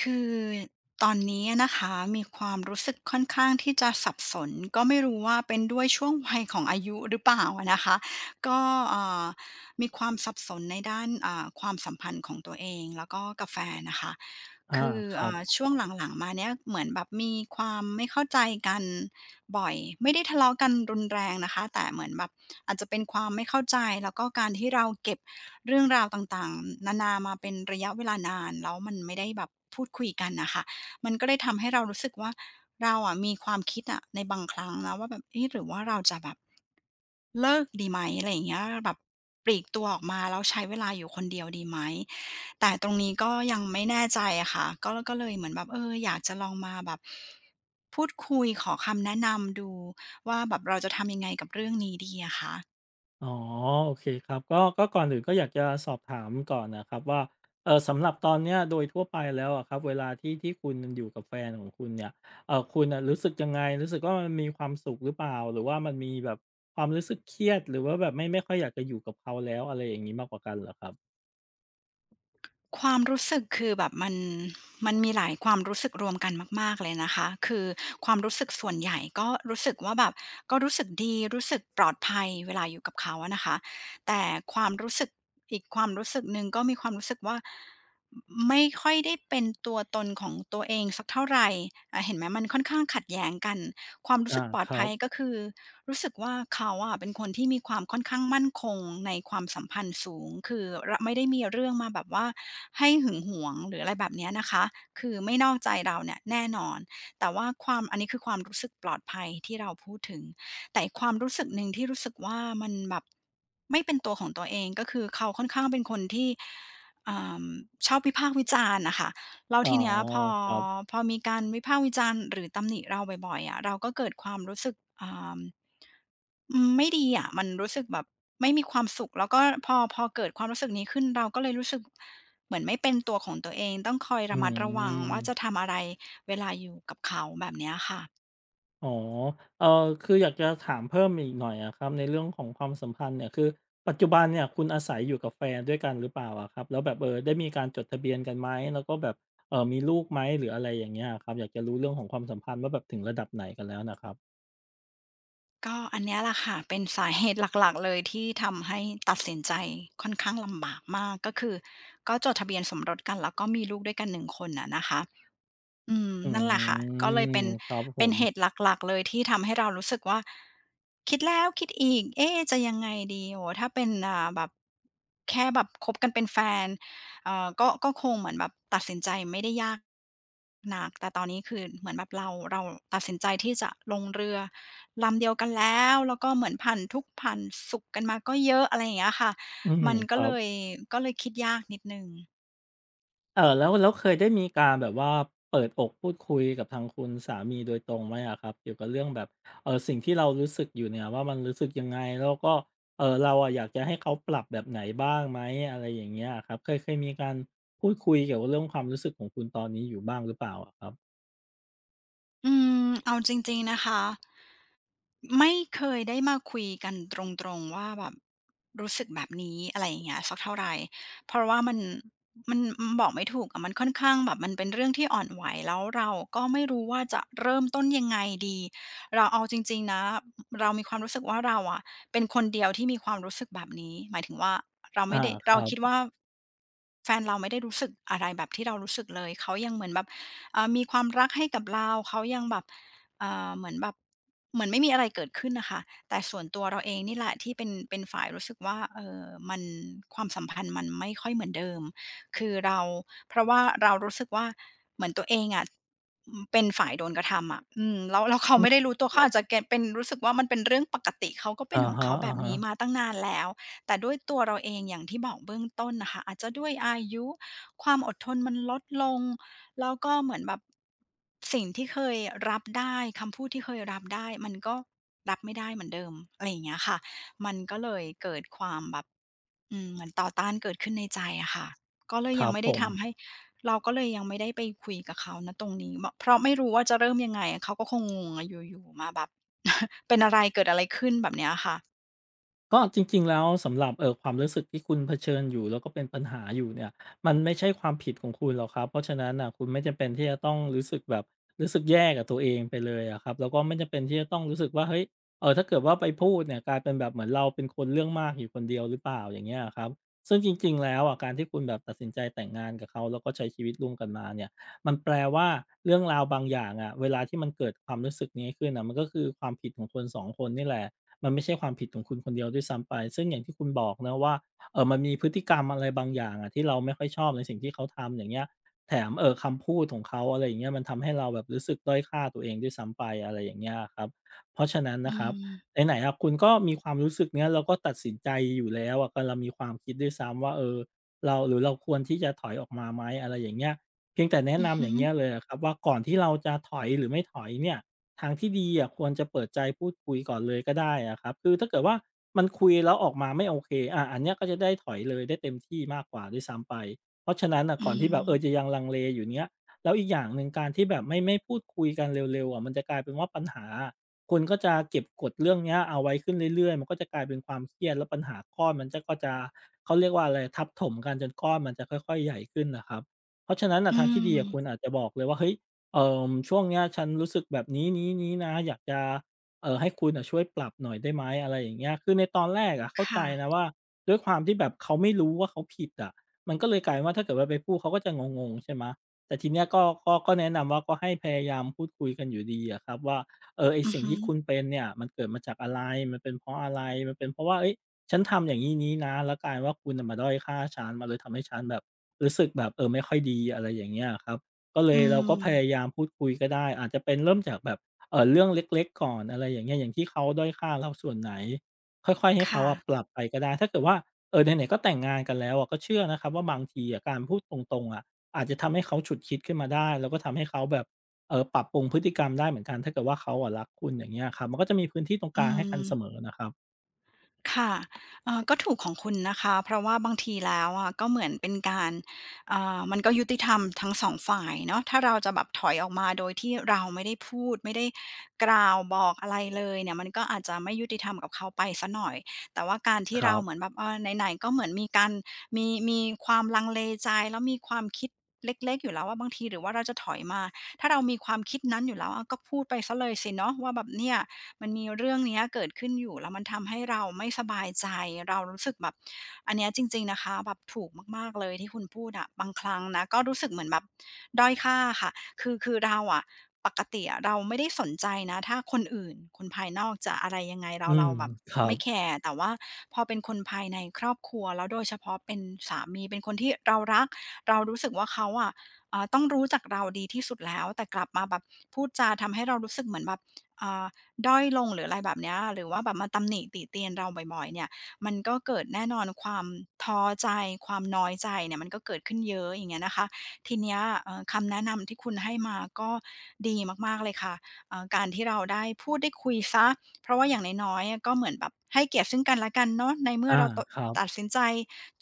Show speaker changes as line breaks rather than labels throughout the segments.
คือตอนนี้อนะคะมีความรู้สึกค่อนข้างที่จะสับสนก็ไม่รู้ว่าเป็นด้วยช่วงวัยของอายุหรือเปล่าอะนะคะก็เอ่อมีความสับสนในด้านความสัมพันธ์ของตัวเองแล้วก็กาแฟนนะคะ
อา
คือ
ครับ
ช่วงหลังๆมาเนี้ยเหมือนแบบมีความไม่เข้าใจกันบ่อยไม่ได้ทะเลาะกันรุนแรงนะคะแต่เหมือนแบบอาจจะเป็นความไม่เข้าใจแล้วก็การที่เราเก็บ เรื่องราวต่างๆนานามาเป็นระยะเวลานานแล้วมันไม่ได้แบบพูดคุยกันน่ะค่ะมันก็เลยทำให้เรารู้สึกว่าเราอะมีความคิดอะในบางครั้งนะว่าแบบเอ๊ะหรือว่าเราจะแบบเลิกดีไหมอะไรอย่างเงี้ยแบบปลีกตัวออกมาแล้วใช้เวลาอยู่คนเดียวดีไหมแต่ตรงนี้ก็ยังไม่แน่ใจอะค่ะก็เลยเหมือนแบบเอออยากจะลองมาแบบพูดคุยขอคำแนะนำดูว่าแบบเราจะทำยังไงกับเรื่องนี้ดีอะคะ
อ๋อโอเคครับก็ก่อนอื่นก็อยากจะสอบถามก่อนนะครับว่าสำหรับตอนเนี้ยโดยทั่วไปแล้วอะครับเวลาที่คุณอยู่กับแฟนของคุณเนี่ยคุณน่ะรู้สึกยังไงรู้สึกว่ามันมีความสุขหรือเปล่าหรือว่ามันมีแบบความรู้สึกเครียดหรือว่าแบบไม่ค่อยอยากจะอยู่กับเขาแล้วอะไรอย่างงี้มากกว่ากันเหรอครับ
ความรู้สึกคือแบบมันมีหลายความรู้สึกรวมกันมากๆเลยนะคะคือความรู้สึกส่วนใหญ่ก็รู้สึกว่าแบบก็รู้สึกดีรู้สึกปลอดภัยเวลาอยู่กับเขาอะนะคะแต่ความรู้สึกอีกความรู้สึกหนึ่งก็มีความรู้สึกว่าไม่ค่อยได้เป็นตัวตนของตัวเองสักเท่าไรเห็นไหมมันค่อนข้างขัดแย้งกัน ความรู้สึ
อา
กปลอ
ค
ด
รั
ภั
บ
ยก็คือรู้สึกว่าเขาอะเป็นคนที่มีความค่อนข้างมั่นคงในความสัมพันธ์สูงคือระไม่ได้มีเรื่องมาแบบว่าให้หึงหวงหรืออะไรแบบเนี้ยนะคะคือไม่นอกใจเราเนี่ยแน่นอนแต่ว่าความอันนี้คือความรู้สึกปลอดภัยที่เราพูดถึงแต่อีกความรู้สึกหนึ่งที่รู้สึกว่ามันแบบไม่เป็นตัวของตัวเองก็คือเขาค่อนข้างเป็นคนที่อ่าชอบวิพากษ์วิจารณ์น่ะค่ะ แล้ว
อ๋อ
ทีเนี้ยพอ
ครับ
พอมีการวิพากษ์วิจารณ์หรือตำหนิเราบ่อยๆอะเราก็เกิดความรู้สึกอ่าอืมไม่ดีอะมันรู้สึกแบบไม่มีความสุขแล้วก็พอเกิดความรู้สึกนี้ขึ้นเราก็เลยรู้สึกเหมือนไม่เป็นตัวของตัวเองต้องคอย
อื
ระมัดระวังว่าจะ
ม
ทำอะไรเวลาอยู่กับเขาแบบเนี้ยค่ะ
อ๋อเอ่อคืออยากจะถามเพิ่มอีกหน่อยอะครับในเรื่องของความสัมพันธ์เนี่ยคือปัจจุบันเนี่ยคุณอาศัยอยู่กับแฟนด้วยกันหรือเปล่าอะครับแล้วแบบได้มีการจดทะเบียนกันไหมแล้วก็แบบมีลูกไหมหรืออะไรอย่างเงี้ยอะครับอยากจะรู้เรื่องของความสัมพันธ์ว่าแบบถึงระดับไหนกันแล้วน่ะครับ
ก็อันเนี้ยแหละค่ะเป็นสาเหตุหลักๆเลยที่ทำให้ตัดสินใจค่อนข้างลำบากมากก็คือก็จดทะเบียนสมรสกันแล้วก็มีลูกด้วยกันหนึ่งคนอะนะคะ อืม
อื
นั่นแหละค่ะก็เลยเป็
ม
น
ครับผ
เป็น
ม
เหตุหลักๆเลยที่ทำให้เรารู้สึกว่าคิดแล้วคิดอีกเอ๊ะจะยังไงดีโอ้โฮถ้าเป็นแบบแค่แบบคบกันเป็นแฟนก็คงเหมือนแบบตัดสินใจไม่ได้ยากนักแต่ตอนนี้คือเหมือนแบบเราตัดสินใจที่จะลงเรือลำเดียวกันแล้วแล้วก็เหมือนผ่านทุกข์ผ่านสุขกันมาก็เยอะอะไรอย่างเงี้ยค่ะ
อืม
มัน
ค
ก็
รั
เล
บ
ยคิดยากนิดหนึ่ง
เออแล้วเคยได้มีการแบบว่าเปิดอกพูดคุยกับทางคุณสามีโดยตรงไหมอะครับเกี่ยวกับเรื่องแบบเออสิ่งที่เรารู้สึกอยู่เนี่ยว่ามันรู้สึกยังไงแล้วก็เออเราอะอยากจะให้เขาปรับแบบไหนบ้างไหมอะไรอย่างเงี้ยครับเคยมีการพูดคุยเกี่ยวกับเรื่องความรู้สึกของคุณตอนนี้อยู่บ้างหรือเปล่าอะครับ
อืมเอาจริงๆนะคะไม่เคยได้มาคุยกันตรงๆว่าแบบรู้สึกแบบนี้อะไรอย่างเงี้ยสักเท่าไรเพราะว่ามันบอกไม่ถูกอะมันค่อนข้างแบบมันเป็นเรื่องที่อ่อนไหวแล้วเราก็ไม่รู้ว่าจะเริ่มต้นยังไงดีเราเอาจริงๆนะเรามีความรู้สึกว่าเราอะเป็นคนเดียวที่มีความรู้สึกแบบนี้หมายถึงว่าเรา
อา
ไม่ได้
ค
เรา
รับ
คิดว่าแฟนเราไม่ได้รู้สึกอะไรแบบที่เรารู้สึกเลยเขายังเหมือนแบบ มีความรักให้กับเรา เขายังแบบเอ่าเหมือนแบบ เหมือนไม่มีอะไรเกิดขึ้นนะคะแต่ส่วนตัวเราเองนี่แหละที่เป็นฝ่ายรู้สึกว่าเออมันความสัมพันธ์มันไม่ค่อยเหมือนเดิม คือเรา เพราะว่าเรารู้สึกว่าเหมือนตัวเองอะเป็นฝ่ายโดนกระทำอะอืมแล้วเขา
อื
ไม่
ม
ได้รู้ตัว
ค
เขา
รั
อาจจะ
บ
เกตเป็นรู้สึกว่ามันเป็นเรื่องปกติเขาก็เป็
อา
นของ
ฮะ
เขาแบบนี้มาตั้งนานแล้วแต่ด้วยตัวเราเองอย่างที่บอกเบื้องต้นนะคะอาจจะด้วยอายุความอดทนมันลดลง แล้วก็เหมือนแบบสิ่งที่เคยรับได้คำพูดที่เคยรับได้มันก็รับไม่ได้เหมือนเดิมอะไรอย่างเงี้ยค่ะมันก็เลยเกิดความแบบเหมือนต่อต้านเกิดขึ้นในใจอะค่ะก็เลย
ค
ยั
รั
ง
บ
ไม่
ผ
ได้
ม
ทำให้เราก็เลยยังไม่ได้ไปคุยกับเขาณตรงนี้บเพราะไม่รู้ว่าจะเริ่มยังไงเขาก็คงงงอะอยู่ๆมาแบบ เป็นอะไรเกิดอะไรขึ้นแบบเนี้ยค่ะ
ก็จริงๆแล้วสำหรับความรู้สึกที่คุณเผชิญอยู่แล้วก็เป็นปัญหาอยู่เนี่ยมันไม่ใช่ความผิดของคุณหรอกครับเพราะฉะนั้นน่ะคุณไม่จำเป็นที่จะต้องรู้สึกแบบรู้สึกแย่กับตัวเองไปเลยอะครับแล้วก็ไม่จำเป็นที่จะต้องรู้สึกว่าเฮ้ยเออถ้าเกิดว่าไปพูดเนี่ยกลายเป็นแบบเหมือนเราเป็นคนเรื่องมากอยู่คนเดียวหรือเปล่าอย่างเงี้ยอะครับซึ่งจริงๆแล้วอะการที่คุณแบบตัดสินใจแต่งงานกับเขาแล้วก็ใช้ชีวิตร่วมกันมาเนี่ยมันแปลว่าเรื่องราวบางอย่างอะเวลาที่มันเกิดความรู้สึกนี้ขึ้นน่ะมันก็คือความผิดของคน2คนนี่แหละ มันไม่ใช่ความผิดของคุณคนเดียวด้วยซ้ำไปซึ่งอย่างที่คุณบอกนะว่ามันมีพฤติกรรมอะไรบางอย่างอะที่เราไม่ค่อยชอบในสิ่งที่เขาทำอย่างเงี้ยแถมคำพูดของเขาอะไรอย่างเงี้ยมันทำให้เราแบบรู้สึกด้อยค่าตัวเองด้วยซ้ำไปอะไรอย่างเงี้ยอะครับเพราะฉะนั้น
อื
นะครับ
ม
ไหนๆอะคุณก็มีความรู้สึกเนี้ยแล้วก็ตัดสินใจอยู่แล้วอะกำลังมีความคิดด้วยซ้ำว่าเออเราหรือเราควรที่จะถอยออกมาไหมอะไรอย่างเงี้ยเพียงแต่แนะ
อือ
นำ
ฮึ
อย่างเงี้ยเลยอะครับว่าก่อนที่เราจะถอยหรือไม่ถอยเนี่ย ทางที่ดีอะควรจะเปิดใจพูดคุยก่อนเลยก็ได้อะครับคือถ้าเกิดว่ามันคุยแล้วออกมาไม่โอเคอะอันเนี้ยก็จะได้ถอยเลยได้เต็มที่มากกว่าด้วยซ้ำไปเพราะฉะนั้นอ่ะ
อื
ก่อนที่แบบเอ
ม
อจะยังลังเลอยู่เนี้ยแล้วอีกอย่างหนึ่งการที่แบบไม่พูดคุยกันเร็วๆอะมันจะกลายเป็นว่าปัญหาคุณก็จะเก็บกดเรื่องเนี้ยเอาไว้ขึ้นเรื่อยๆมันก็จะกลายเป็นความเครียดแล้วปัญหาก้อนมันจะเขาเรียกว่าอะไรทับถมกันจนก้อนมันจะค่อยๆใหญ่ขึ้นนะครับเพราะฉะนั้นน่ะ
อื
ทางที่ดี
ม
อะคุณอาจจะบอกเลยว่าเฮ้ย ช่วงเนี้ยฉันรู้สึกแบบนี้นี้นนะอยากจะให้คุณนะช่วยปรับหน่อยได้ไหมอะไรอย่างเงี้ยคือในตอนแรกอะเข้าใจ
ค่ะ
นะว่าด้วยความที่แบบเขาไม่รู้ว่าเขาผิดอะมันก็เลยกลายว่าถ้าเกิดว่าไปพูดเขาก็จะงงๆใช่ไหมแต่ทีเนี้ยก็แนะนำว่าก็ให้พยายามพูดคุยกันอยู่ดีอะครับว่าเออไอ
อือ
สิ่ง
ฮึ
ที่คุณเป็นเนี่ยมันเกิดมาจากอะไรมันเป็นเพราะอะไรมันเป็นเพราะว่าเอ้ยฉันทำอย่างนี้นี้นะแล้วกลายว่าคุณน่ะมาด้อยค่าฉันมาเลยทำให้ฉันแบบรู้สึกแบบเออไม่ค่อยดีอะไรอย่างเงี้ยครับ ก็เล
อื
ยเราก็พยา
ม
ยามพูดคุยก็ได้อาจจะเป็นเริ่มจากแบบเรื่องเล็กๆก่อนอะไรอย่างเงี้ยอย่างที่เขาด้อยค่าเราส่วนไหนค่อยๆให้เขา
ค่ะ
อะปรับไปก็ได้ถ้าเกิดว่าไหนๆก็แต่งงานกันแล้วอะก็เชื่อนะครับว่าบางทีอะการพูดตรงๆอะอาจจะทำให้เขาฉุกคิดขึ้นมาได้แล้วก็ทำให้เขาแบบปรับปรุงพฤติกรรมได้เหมือนกันถ้าเกิดว่าเขาอะรักคุณอย่างเงี้ยครับมันก็จะมีพื้นที่ตรงก
อื
ลางให้กั
ม
นเสมอนะครับ
ค่ะก็ถูกของคุณนะคะเพราะว่าบางทีแล้วอะก็เหมือนเป็นการมันก็ยุติธรรมทั้งสองฝ่ายเนาะถ้าเราจะแบบถอยออกมาโดยที่เราไม่ได้พูดไม่ได้กล่าวบอกอะไรเลยเนี่ยมันก็อาจจะไม่ยุติธรรมกับเขาไปเสียหน่อยแต่ว่าการที่
ค
เรา
รับ
เหมือนแบบเออไหนๆก็เหมือนมีการมีความลังเลใจแล้วมีความคิดเล็กๆอยู่แล้วว่าบางทีหรือว่าเราจะถอยมาถ้าเรามีความคิดนั้นอยู่แล้วอาก็พูดไปเสียเลยสิเนาะว่าแบบเนี่ย มันมีเรื่องเนี้ยเกิดขึ้นอยู่แล้วมันทำให้เราไม่สบายใจเรารู้สึกแบบอันเนี้ยจริงๆนะคะแบบถูกมากๆเลยที่คุณพูดอะบางครั้งนะก็รู้สึกเหมือนแบบด้อยค่าค่ะคือเราอะปกติอะเราไม่ได้สนใจนะถ้าคนอื่นคนภายนอกจะอะไรยังไง
อื
เรา
ม
แบบ
ครับ
ไม่แคร์แต่ว่าพอเป็นคนภายในครอบครัวแล้วโดยเฉพาะเป็นสามีเป็นคนที่เรารักเรารู้สึกว่าเขาอะต้องรู้จักเราดีที่สุดแล้วแต่กลับมาแบบพูดจาทำให้เรารู้สึกเหมือนแบบอ่า ด้อยลงหรืออะไรแบบเนี้ยหรือว่าแบบมาตำหนิติเตียนเราบ่อยๆเนี่ยมันก็เกิดแน่นอนความท้อใจความน้อยใจเนี่ยมันก็เกิดขึ้นเยอะอย่างเงี้ยนะคะทีเนี้ยคำแนะนำที่คุณให้มาก็ดีมากๆเลยค่ะการที่เราได้พูดได้คุยเสียเพราะว่าอย่างน้อยๆอะก็เหมือนแบบให้เกียรติซึ่งกันและกันเนาะในเมื่
อา
อเราต
ครับ
ตัดสินใจ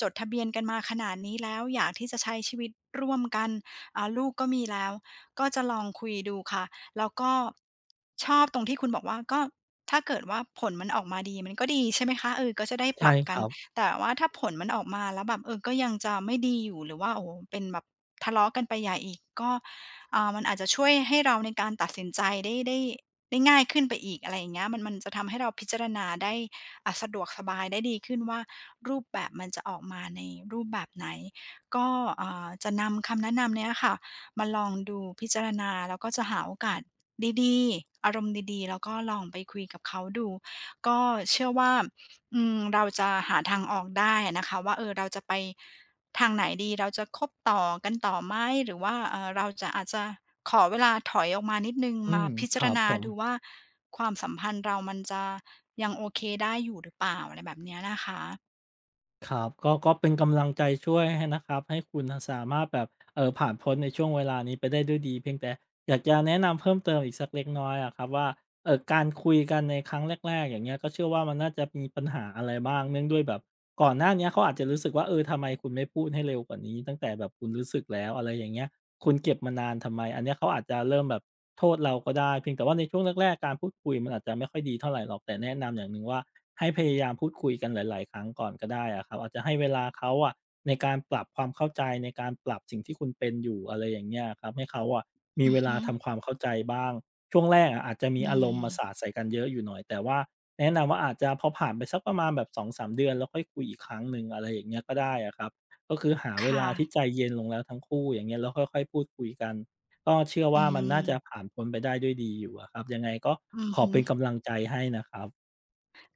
จดทะเบียนกันมาขนาดนี้แล้วอยากที่จะใช้ชีวิตร่วมกันอ่าลูกก็มีแล้วก็จะลองคุยดูค่ะ แล้วก็ชอบตรงที่คุณบอกว่าก็ถ้าเกิดว่าผลมันออกมาดีมันก็ดีใช่ไหมคะเออก็จะได้ป
ใช่
รับ
ค
กัน
รับ
แต่ว่าถ้าผลมันออกมาแล้วแบบเออก็ยังจะไม่ดีอยู่หรือว่าโอ้โฮเป็นแบบทะเลาะกันไปใหญ่อีกก็อ่ามันอาจจะช่วยให้เราในการตัดสินใจได้ได้ง่ายขึ้นไปอีกอะไรอย่างเงี้ยมันจะทำให้เราพิจารณาได้อ่าสะดวกสบายได้ดีขึ้นว่ารูปแบบมันจะออกมาในรูปแบบไหนก็อ่าจะนำคำแนะนำเนี้ยค่ะ มาลองดูพิจารณาแล้วก็จะหาโอกาสดีๆอารมณ์ดีๆแล้วก็ลองไปคุยกับเขาดูก็เชื่อว่าเราจะหาทางออกได้อะนะคะว่าเออเราจะไปทางไหนดีเราจะคบต่อกันต่อไหมหรือว่าเราจะอาจจะขอเวลาถอยออกมานิดหนึ่ง
อื
มา
ม
พิ
ค
จาร
รับ
ณา
ผม
ดูว่าความสัมพันธ์เรามันจะยังโอเคได้อยู่หรือเปล่าอะไรแบบเนี้ยนะคะ
ครับก็เป็นกำลังใจช่วยให้นะครับให้คุณน่ะสามารถแบบผ่านพ้นในช่วงเวลานี้ไปได้ด้วยดีเพียงแต่อยากจะแนะนำเพิ่มเติมอีกสักเล็กน้อยอะครับว่าการคุยกันในครั้งแรกๆอย่างเงี้ยก็เชื่อว่ามันน่าจะมีปัญหาอะไรบ้างเนื่องด้วยแบบก่อนหน้าเนี้ยเขาอาจจะรู้สึกว่าเออทำไมคุณไม่พูดให้เร็วกว่านี้ตั้งแต่แบบคุณรู้สึกแล้วอะไรอย่างเงี้ย คุณเก็บมานานทำไม อันเนี้ยเขาอาจจะเริ่มแบบโทษเราก็ได้เพียงแต่ว่าในช่วงแรกๆการพูดคุยมันอาจจะไม่ค่อยดีเท่าไรหรอกแต่แนะนำอย่างหนึ่งว่าให้พยายามพูดคุยกันหลายๆครั้งก่อนก็ได้อะครับอาจจะให้เวลาเขาอะในการปรับความเข้าใจในการปรับสิ่งที่คุณเป็นอยู่อะไรอย่างเงี้ยอะครับให้เขาอะมี
อื
เว
อ
ลา
ฮึ
ทำความเข้าใจบ้างช่วงแรกอะอาจจะมี
อื
อารมณ์
ม
มาสาดใส่กันเยอะอยู่หน่อยแต่ว่าแนะนำว่าอาจจะพอผ่านไปสักประมาณแบบ2-3 เดือนแล้วค่อยคุยอีกครั้งหนึ่งอะไรอย่างเงี้ยก็ได้อะครับ ก็คือหาเวลา
ค่ะ
ที่ใจเย็นลงแล้วทั้งคู่อย่างเงี้ยแล้วค่อยๆพูดคุยกันก็เชื่อ
อื
ว่ามัน
ม
น่าจะผ่านพ้นไปได้ด้วยดีอยู่อะครับยังไงก็
อือ
ขอ
ฮึ
เป็นกำลังใจให้นะครับ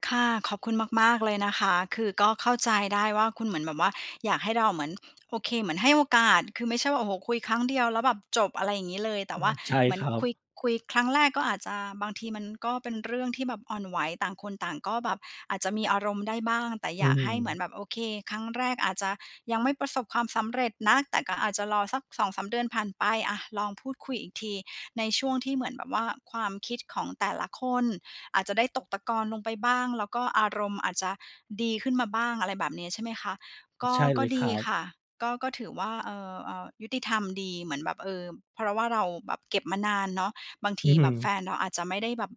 ค่ะขอบคุณมากๆเลยนะคะคือก็เข้าใจได้ว่าคุณเหมือนแบบว่าอยากให้เราเหมือนโอเคเหมือนให้โอกาสคือไม่ใช่ว่าโอ้โฮคุยครั้งเดียวแล้วแบบจบอะไรอย่างงี้เลยแต่
อืม
ว่า
ใช่
เหมือ
ค
น
รับ
คุยครั้งแรกก็อาจจะบางทีมันก็เป็นเรื่องที่แบบอ่อนไหวต่างคนต่างก็แบบอาจจะมีอารมณ์ได้บ้างแต่อ
อื
ยาก
ม
ให้เหมือนแบบโอเคครั้งแรกอาจจะยังไม่ประสบความสำเร็จนักแต่ก็อาจจะรอสักสองสามเดือนผ่านไปอะลองพูดคุยอีกทีในช่วงที่เหมือนแบบว่าความคิดของแต่ละคน อาจจะได้ตกตะกอนลงไปบ้างแล้วก็อารมณ์อาจจะดีขึ้นมาบ้างอะไรแบบนี้ใช่ไหมคะก็
ใช่เล
ก็
ยค
ดี
รับ
ค่ะก็ถือว่ายุติธรรมดีเหมือนแบบเพราะว่าเราแบบเก็บมานานเนาะบาง
อื
ที
ม
แบบแฟนเราอาจจะไม่ได้แบบ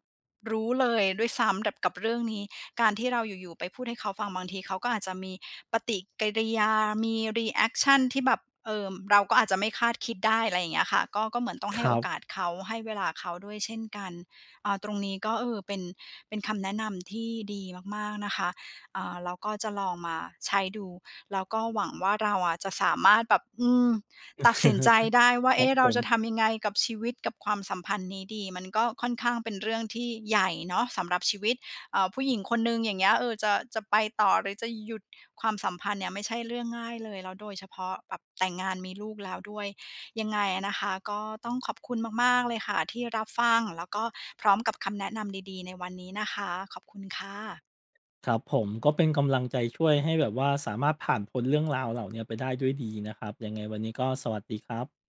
รู้เลยด้วยซ้ำแบบกับเรื่องนี้การที่เราอยู่ๆไปพูดให้เขาฟังบางทีเขาก็อาจจะมีปฏิกิริยามีรีแอกชันที่แบบเราก็อาจจะไม่คาดคิดได้อะไรอย่างเงี้ยค่ะก็เหมือนต้อง
ค
ให้โอ
รับ
กาสเขาให้เวลาเขาด้วยเช่นกัน อ่าตรงนี้ก็เออเป็นคำแนะนำที่ดีมากๆนะคะอ่าเราก็จะลองมาใช้ดูแล้วก็หวังว่าเราอะจะสามารถแบบตัดสินใจ ได้ว่า
ครับ
เอ๊ะ
ผ
เราจะ
ม
ทำยังไงกับชีวิตกับความสัมพันธ์นี้ดีมันก็ค่อนข้างเป็นเรื่องที่ใหญ่เนาะสำหรับชีวิตเอ่าผู้หญิงคนหนึ่งอย่างเงี้ยเออจะไปต่อหรือจะหยุดความสัมพันธ์เนี่ยไม่ใช่เรื่องง่ายเลยแล้วโดยเฉพาะแบบแต่งงานมีลูกแล้วด้วย ยังไงนะคะก็ต้องขอบคุณมากๆเลยค่ะที่รับฟังแล้วก็พร้อมกับคำแนะนำดีๆในวันนี้นะคะขอบคุณค่ะ
ครับผมก็เป็นกำลังใจช่วยให้แบบว่าสามารถผ่านพ้นเรื่องราวเหล่าเนี้ยไปได้ด้วยดีนะครับยังไงวันนี้ก็สวัสดีครับ